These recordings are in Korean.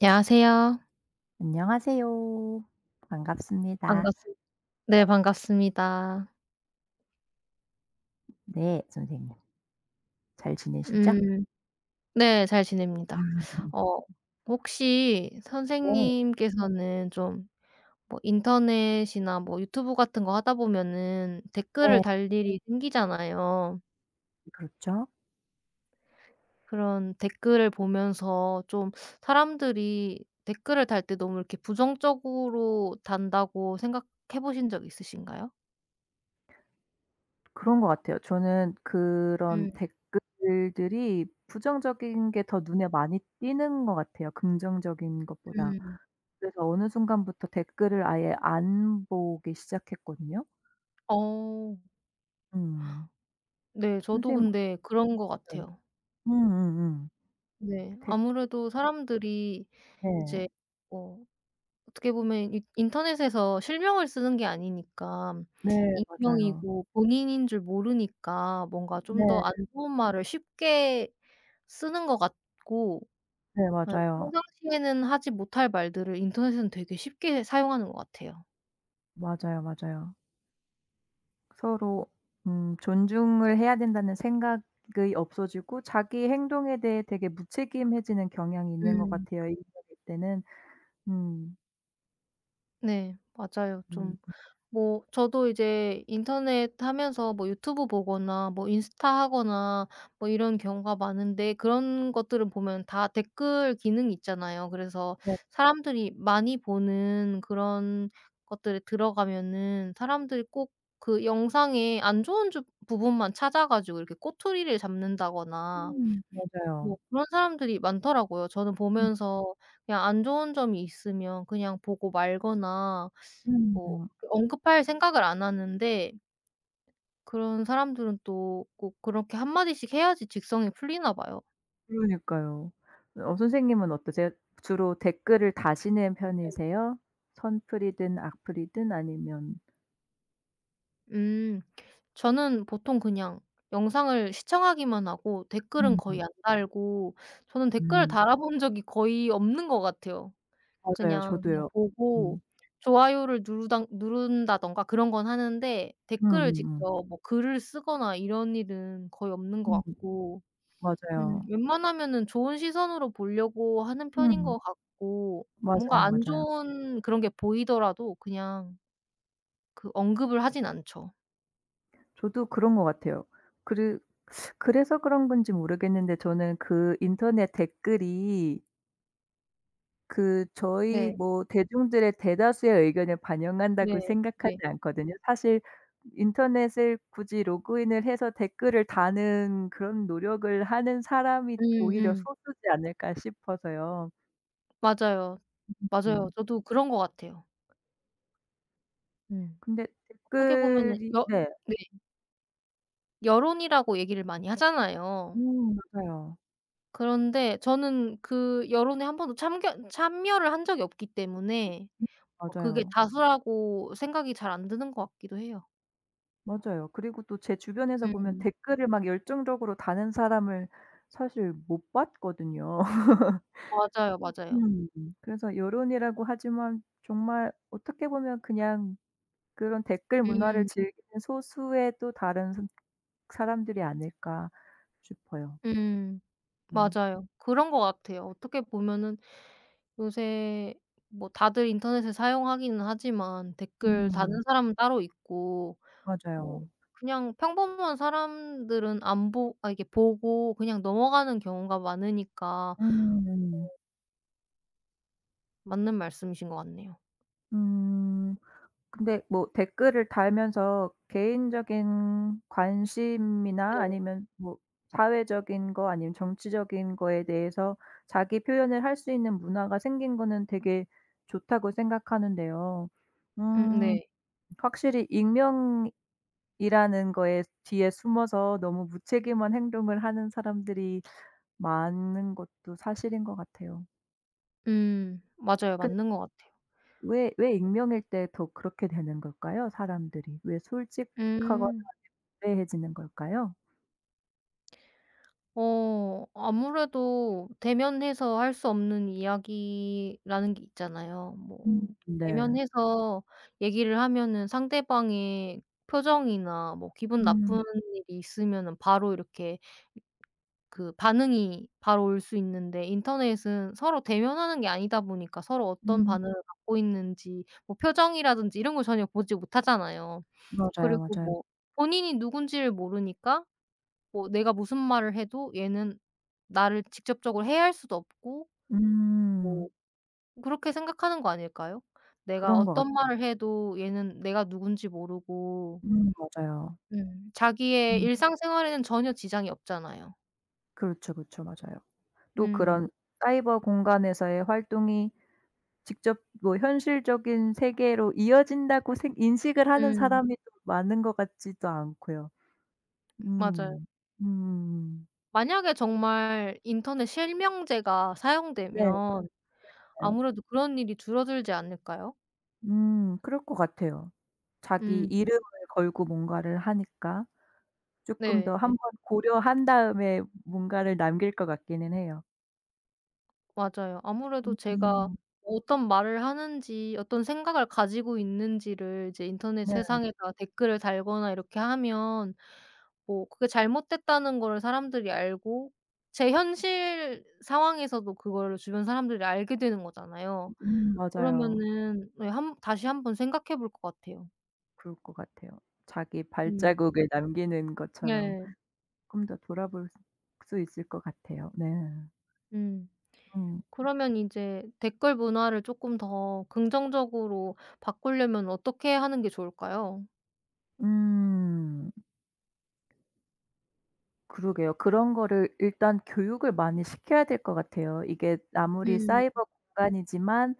안녕하세요. 안녕하세요. 반갑습니다. 반갑습 네, 반갑습니다. 네, 선생님. 잘 지내시죠? 음 네, 잘 아. 지냅니다. 어 혹시 네. 선생님께서는 좀 뭐 인터넷이나 뭐 유튜브 같은 거 하다 보면은 댓글을 네. 달 일이 생기잖아요. 그렇죠. 그런 댓글을 보면서 좀 사람들이 댓글을 달 때 너무 이렇게 부정적으로 단다고 생각해 보신 적 있으신가요? 그런 것 같아요. 저는 그런 음 댓글들이 부정적인 게 더 눈에 많이 띄는 것 같아요, 긍정적인 것보다. 음. 그래서 어느 순간부터 댓글을 아예 안 보기 시작했거든요. 어. 음. 네, 저도 선생님은 근데 그런 것 어때요? 같아요. 음음음. 네. 댓 아무래도 사람들이 네. 이제 뭐 어떻게 보면 이 인터넷에서 실명을 쓰는 게 아니니까 네 맞아요. 익명이고 본인인 줄 모르니까 뭔가 좀 더 네. 안 좋은 말을 쉽게 쓰는 것 같고, 네 네, 맞아요. 평상시에는 하지 못할 말들을 인터넷에서는 되게 쉽게 사용하는 것 같아요. 맞아요, 맞아요. 서로 존중을 해야 된다는 생각이 없어지고 자기 행동에 대해 되게 무책임해지는 경향이 있는 것 음. 같아요, 일적일 때는. 음. 네, 맞아요. 음. 좀 뭐 저도 이제 인터넷 하면서 뭐 유튜브 보거나 뭐 인스타 하거나 뭐 이런 경우가 많은데, 그런 것들을 보면 다 댓글 기능이 있잖아요. 그래서 네. 사람들이 많이 보는 그런 것들에 들어가면은 사람들이 꼭 그 영상에 안 좋은 주 부분만 찾아 가지고 이렇게 꼬투리를 잡는다거나 뭐 맞아요. 그런 사람들이 많더라고요. 저는 음 보면서 그냥 안 좋은 점이 있으면 그냥 보고 말거나 뭐 음. 그렇게 언급할 생각을 안 하는데, 그런 사람들은 또 꼭 그렇게 한 마디씩 해야지 직성이 풀리나 봐요. 그러니까요. 선생님은 어떠세요? 주로 댓글을 다시는 편이세요? 선플이든 악플이든 아니면 음. 저는 보통 그냥 영상을 시청하기만 하고 댓글은 음. 거의 안 달고, 저는 댓글을 음. 달아본 적이 거의 없는 것 같아요. 맞아요. 그냥, 그냥 저도요. 보고 음. 좋아요를 누르당 누른다든가 그런 건 하는데 댓글을 직접 음음음. 뭐 글을 쓰거나 이런 일은 거의 없는 것 음. 같고. 음. 맞아요. 웬만하면은 좋은 시선으로 보려고 하는 편인 음. 것 같고, 뭔가 맞아요, 안 맞아요. 좋은 그런 게 보이더라도 그냥 그 언급을 하진 않죠. 저도 그런 것 같아요. 그르 그래서 그런 건지 모르겠는데 저는 그 인터넷 댓글이 그 저희 네. 뭐 대중들의 대다수의 의견을 반영한다고 네. 생각하지 네. 않거든요. 사실 인터넷을 굳이 로그인을 해서 댓글을 다는 그런 노력을 하는 사람이 오히려 음음. 소수지 않을까 싶어서요. 맞아요, 맞아요. 음. 저도 그런 것 같아요. 음. 근데 어떻게 보면은 댓글이. 여 네. 네, 여론이라고 얘기를 많이 하잖아요. 맞아요. 그런데 저는 그 여론에 한 번도 참견 참여를 한 적이 없기 때문에 음 뭐 그게 맞아요. 다수라고 생각이 잘 안 드는 것 같기도 해요. 맞아요. 그리고 또 제 주변에서 보면 음. 댓글을 막 열정적으로 다는 사람을 사실 못 봤거든요. 맞아요, 맞아요. 음. 그래서 여론이라고 하지만 정말 어떻게 보면 그냥 그런 댓글 문화를 음. 즐기는 소수의 또 다른 선 사람들이 아닐까 싶어요. 음. 음. 맞아요, 그런 것 같아요. 어떻게 보면은 요새 뭐 다들 인터넷을 사용하기는 하지만 댓글 음. 다는 사람은 따로 있고, 뭐 맞아요. 그냥 평범한 사람들은 안 보 아, 이게 보고 그냥 넘어가는 경우가 많으니까 음. 맞는 말씀이신 것 같네요. 음. 근데 뭐 댓글을 달면서 개인적인 관심이나 네. 아니면 뭐 사회적인 거 아니면 정치적인 거에 대해서 자기 표현을 할 수 있는 문화가 생긴 거는 되게 좋다고 생각하는데요. 음, 음 네. 확실히 익명이라는 거에 뒤에 숨어서 너무 무책임한 행동을 하는 사람들이 많은 것도 사실인 것 같아요. 음. 맞아요, 맞는 것 같아요. 왜 익명일 때 더 그렇게 되는 걸까요? 사람들이 왜 솔직하거나 음. 담대해지는 걸까요? 아무래도 대면해서 할 수 없는 이야기라는 게 있잖아요. 뭐 음. 네. 대면해서 얘기를 하면은 상대방의 표정이나 뭐 기분 음. 나쁜 일이 있으면은 바로 이렇게 그 반응이 바로 올 수 있는데, 인터넷은 서로 대면하는 게 아니다 보니까 서로 어떤 음. 반응을 갖고 있는지 뭐 표정이라든지 이런 걸 전혀 보지 못하잖아요. 맞아요, 그리고 맞아요. 뭐 본인이 누군지를 모르니까 뭐 내가 무슨 말을 해도 얘는 나를 직접적으로 해할 수도 없고, 음. 뭐 그렇게 생각하는 거 아닐까요? 내가 그런 것 어떤 같아요. 말을 해도 얘는 내가 누군지 모르고 맞아요. 자기의 음. 일상생활에는 전혀 지장이 없잖아요. 그렇죠, 그렇죠. 맞아요. 또 음. 그런 사이버 공간에서의 활동이 직접 뭐 현실적인 세계로 이어진다고 생 인식을 하는 음. 사람이 또 많은 것 같지도 않고요. 맞아요. 음. 음음음. 만약에 정말 인터넷 실명제가 네네. 사용되면 아무래도 그런 일이 줄어들지 않을까요? 음. 그럴 것 같아요. 자기 음. 이름을 걸고 뭔가를 하니까 쪼끔 더 네. 한번 고려한 다음에 뭔가를 남길 것 같기는 해요. 맞아요. 아무래도 제가 음. 어떤 말을 하는지 어떤 생각을 가지고 있는지를 이제 인터넷 네. 세상에다 댓글을 달거나 이렇게 하면 뭐 그게 잘못됐다는 거를 사람들이 알고 제 현실 상황에서도 그거를 주변 사람들이 알게 되는 거잖아요. 맞아요. 그러면은 네, 한 다시 한번 생각해 볼 것 같아요. 그럴 것 같아요. 자기 음. 발자국을 남기는 것처럼 네. 쪼끔 더 돌아볼 수 있을 것 같아요. 네. 음. 음. 그러면 이제 댓글 문화를 조금 더 긍정적으로 바꾸려면 어떻게 하는 게 좋을까요? 음. 그러게요. 그런 거를 일단 교육을 많이 시켜야 될 것 같아요. 이게 아무리 음. 사이버 공간이지만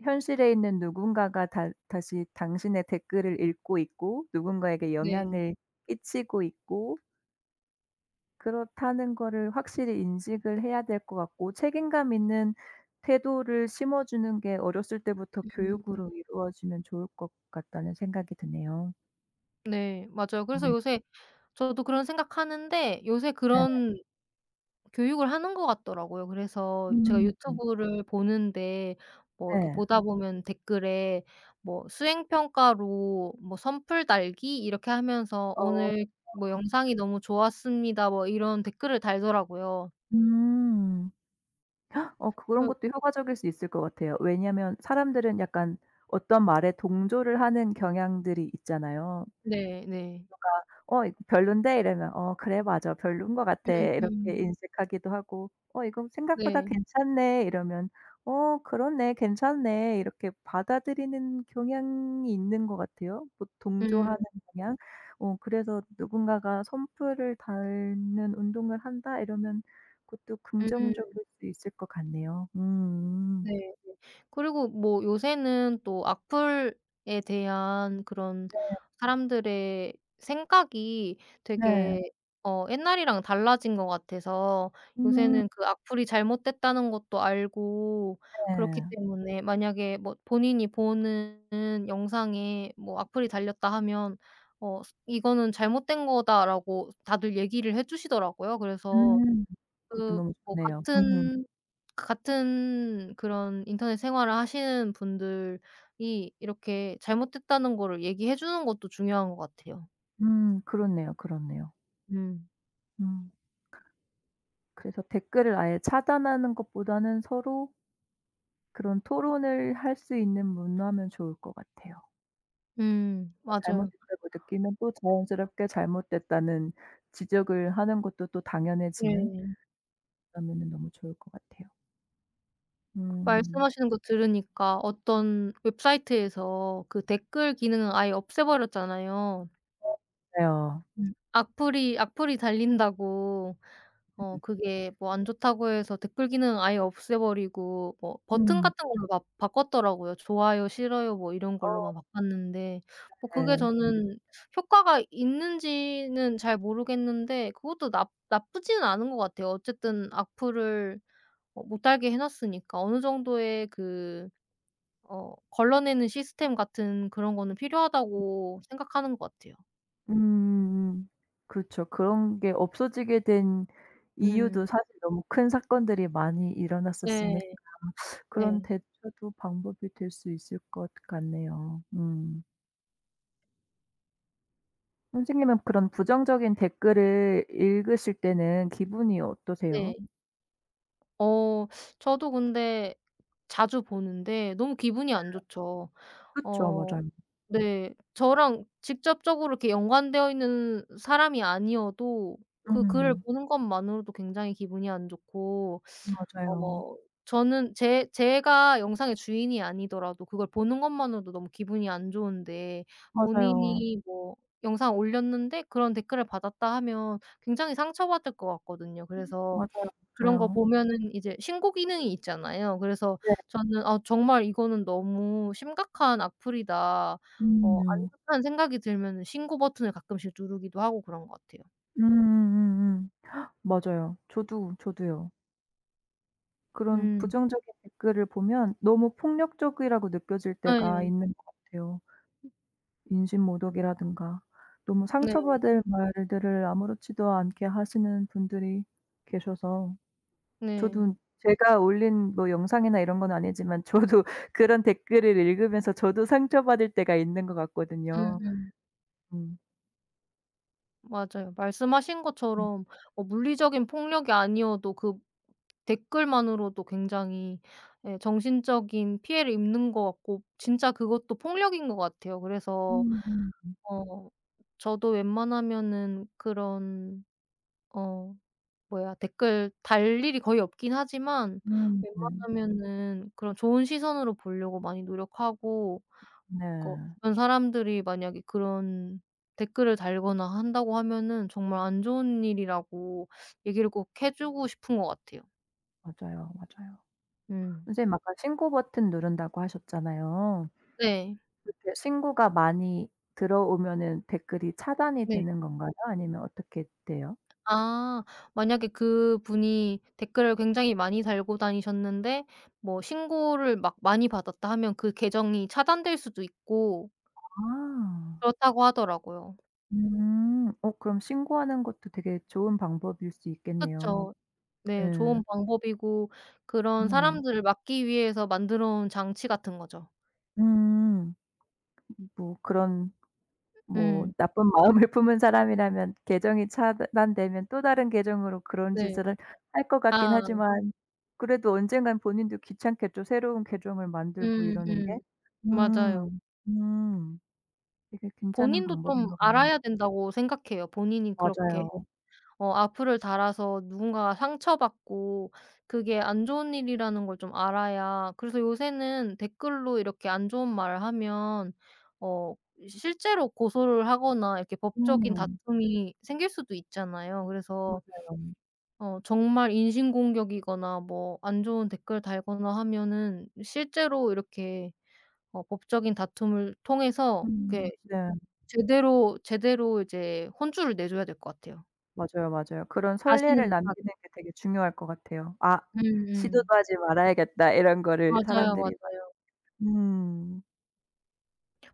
현실에 있는 누군가가 다 다시 당신의 댓글을 읽고 있고 누군가에게 네. 영향을 끼치고 있고 그렇다는 거를 확실히 인식을 해야 될 것 같고 책임감 있는 태도를 심어 주는 게 어렸을 때부터 음. 교육으로 이루어지면 좋을 것 같다는 생각이 드네요. 네, 맞아요. 그래서 음 요새 저도 그런 생각하는데, 요새 네. 그런 교육을 하는 것 같더라고요. 그래서 제가 음. 유튜브를 보는데 뭐 이렇게 네. 보다 보면 댓글에 뭐 수행 평가로 뭐 선풀 달기 이렇게 하면서 어 "오늘 뭐 영상이 너무 좋았습니다." 뭐 이런 댓글을 달더라고요. 음. 그런 그. 것도 효과적일 수 있을 것 같아요. 왜냐면 하 사람들은 약간 어떤 말에 동조를 하는 경향들이 있잖아요. 네, 네. "어 이거 별론데?" 이러면 "어 그래 맞아. 별론 것 같아." 이렇게 음음. 인식하기도 하고 "어 이거 생각보다 네. 괜찮네." 이러면 "어 그렇네. 괜찮네." 이렇게 받아들이는 경향이 있는 것 같아요. 뭐 음. 동조하는 경향. 그래서 누군가가 "선풀을 달는 운동을 한다." 이러면 그것도 음. 음. 긍정적일 수 있을 것 같네요. 음. 네. 그리고 뭐 요새는 또 악플에 대한 그런 사람들의 생각이 네. 되게 옛날이랑 달라진 것 같아서, 음 요새는 그 악플이 잘못됐다는 것도 알고, 그렇기 네. 때문에 만약에 뭐 본인이 보는 영상에 뭐 악플이 달렸다 하면 어 "이거는 잘못된 거다."라고 다들 얘기를 해 주시더라고요. 그래서 음. 그것도 그 너무 뭐 좋네요. 음. 같은 그런 인터넷 생활을 하시는 분들이 이렇게 잘못됐다는 거를 얘기해 주는 것도 중요한 것 같아요. 그렇네요, 그렇네요. 음. 음. 그래서 댓글을 아예 차단하는 것보다는 서로 그런 토론을 할 수 있는 문화면 좋을 것 같아요. 음, 뭔가 맞아요. 잘못됐다고 느끼면 또 자연스럽게 잘못됐다는 지적을 하는 것도 또 당연해지는 네. 그러면은 너무 좋을 것 같아요. 그 음. 말씀하시는 거 들으니까 어떤 웹사이트에서 그 댓글 기능을 아예 없애 버렸잖아요. 어 맞아요. 음. 악플이 달린다고 어 음. 그게 뭐 안 좋다고 해서 댓글 기능 아예 없애버리고 뭐 버튼 음. 같은 걸로 막 바꿨더라고요. 좋아요, 싫어요 뭐 이런 어 걸로만 바꿨는데 뭐 그게 네. 저는 효과가 있는지는 잘 모르겠는데 그것도 나 나쁘지는 않은 것 같아요. 어쨌든 악플을 어 못 달게 해 놨으니까 어느 정도의 그 어 걸러내는 시스템 같은 그런 거는 필요하다고 생각하는 것 같아요. 음. 그렇죠. 그런 게 없어지게 된 이유도 음. 사실 너무 큰 사건들이 많이 일어났었으니 네. 그런 네. 대처도 방법이 될 수 있을 것 같네요. 음. 선생님은 그런 부정적인 댓글을 읽으실 때는 기분이 네. 어떠세요? 어 저도 근데 자주 보는데 너무 기분이 안 좋죠. 그쵸. 어. 맞아요. 네. 저랑 직접적으로 이렇게 연관되어 있는 사람이 아니어도 그 글을 음. 보는 것만으로도 굉장히 기분이 안 좋고, 맞아요. 어 저는 제 제가 영상의 주인이 아니더라도 그걸 보는 것만으로도 너무 기분이 안 좋은데, 맞아요. 본인이 뭐 영상 올렸는데 그런 댓글을 받았다 하면 굉장히 상처받을 것 같거든요. 그래서 맞아요, 그런 거 맞아요. 보면은 이제 신고 기능이 있잖아요. 그래서 네. 저는 '아, 정말 이거는 너무 심각한 악플이다.' 어 안 음. 좋다는 생각이 들면은 신고 버튼을 가끔씩 누르기도 하고 그런 것 같아요. 음음음음. 맞아요. 저도, 저도요. 그런 음. 부정적인 댓글을 보면 너무 폭력적이라고 느껴질 때가 예. 있는 것 같아요. 인신모독이라든가 너무 네. 상처받을 말들을 아무렇지도 않게 하시는 분들이 계셔서 네. 저도 제가 올린 뭐 영상이나 이런 건 아니지만 저도 그런 댓글을 읽으면서 저도 상처받을 때가 있는 것 같거든요. 음음. 음. 맞아요, 말씀하신 음. 것처럼 어 물리적인 폭력이 아니어도 그 댓글만으로도 굉장히 예 정신적인 피해를 입는 것 같고 진짜 그것도 폭력인 것 같아요. 그래서 음음. 어. 저도 웬만하면은 그런 어 뭐야 댓글 달 일이 거의 없긴 하지만 음. 음. 웬만하면은 그런 좋은 시선으로 보려고 많이 노력하고, 그 네. 주변 사람들이 만약에 그런 댓글을 달거나 한다고 하면은 정말 안 좋은 일이라고 얘기를 꼭 해 주고 싶은 것 같아요. 맞아요, 맞아요. 음. 선생님 아까 신고 버튼 누른다고 하셨잖아요. 네. 그렇게 신고가 많이 들어오면은 댓글이 차단이 네. 되는 건가요? 아니면 어떻게 돼요? 아. 만약에 그분이 댓글을 굉장히 많이 달고 다니셨는데 뭐 신고를 막 많이 받았다 하면 그 계정이 차단될 수도 있고 아. 그렇다고 하더라고요. 음. 그럼 신고하는 것도 되게 좋은 방법일 수 있겠네요. 그쵸. 네, 예. 좋은 방법이고 그런 음. 사람들을 막기 위해서 만들어 놓은 장치 같은 거죠. 음. 뭐 그런 뭐 음. 나쁜 마음을 품은 사람이라면 계정이 차단되면 또 다른 계정으로 그런 네. 짓을 할 것 같긴 아. 하지만 그래도 언젠간 본인도 귀찮겠죠. 새로운 계정을 만들고 음. 이러는 게. 음. 맞아요. 음. 음. 되게 괜찮은 본인도 좀 방법인 것 같네요. 알아야 된다고 생각해요. 본인이 그렇게 맞아요. 어 악플을 달아서 누군가가 상처받고 그게 안 좋은 일이라는 걸 좀 알아야, 그래서 요새는 댓글로 이렇게 안 좋은 말을 하면 어 실제로 고소를 하거나 이렇게 법적인 음. 다툼이 생길 수도 있잖아요. 그래서 맞아요. 어 정말 인신공격이거나 뭐 안 좋은 댓글 달거나 하면은 실제로 이렇게 어 법적인 다툼을 통해서 음. 이렇게 네. 제대로 이제 혼주를 내줘야 될 것 같아요. 맞아요, 맞아요. 그런 다시는 선례를 못하게. 남기는 게 되게 중요할 것 같아요. '아 시도도 음음. 하지 말아야겠다.' 이런 거를 맞아요, 사람들이 맞아요. 많이 음.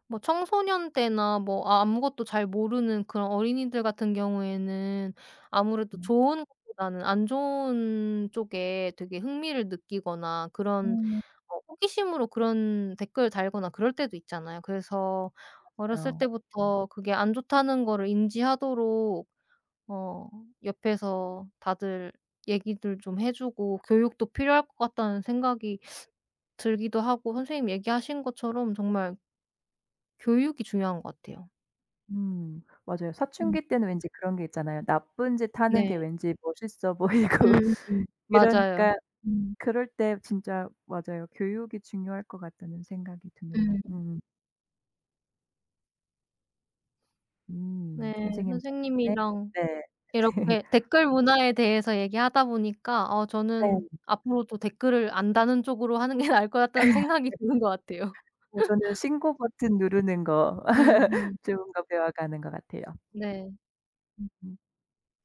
뭐 청소년 때나 뭐 아무것도 잘 모르는 그런 어린이들 같은 경우에는 아무래도 좋은 것보다는 안 좋은 쪽에 되게 흥미를 느끼거나 그런 음 어 호기심으로 그런 댓글을 달거나 그럴 때도 있잖아요. 그래서 어렸을 맞아요. 때부터 그게 안 좋다는 거를 인지하도록 어 옆에서 다들 얘기들 좀 해 주고 교육도 필요할 것 같다는 생각이 들기도 하고, 선생님 얘기하신 것처럼 정말 교육이 중요한 것 같아요. 맞아요. 음. 사춘기 때는 왠지 그런 게 있잖아요. 나쁜 짓 하는 게 네. 왠지 멋있어 보이고 맞아요. 이러니까 그럴 때 진짜 맞아요. 교육이 중요할 것 같다는 생각이 드네요. 음. 음. 음. 네. 선생님 덕분에 선생님이랑 네. 이렇게 댓글 문화에 대해서 얘기하다 보니까 어 네. 저는 앞으로도 댓글을 안 다는 쪽으로 하는 게 나을 것 같다는 생각이 드는 것 같아요. 뭐 저는 신고 버튼 누르는 거 음음. 좋은 거 배워가는 것 같아요. 네. 음음.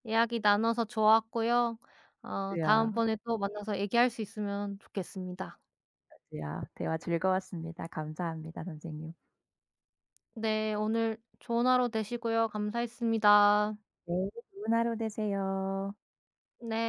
이야기 나눠서 좋았고요. 어 맞아요. 다음번에 또 만나서 얘기할 수 있으면 좋겠습니다. 맞아요. 대화 즐거웠습니다. 감사합니다, 선생님. 네. 오늘 좋은 하루 되시고요. 감사했습니다. 네. 좋은 하루 되세요. 네.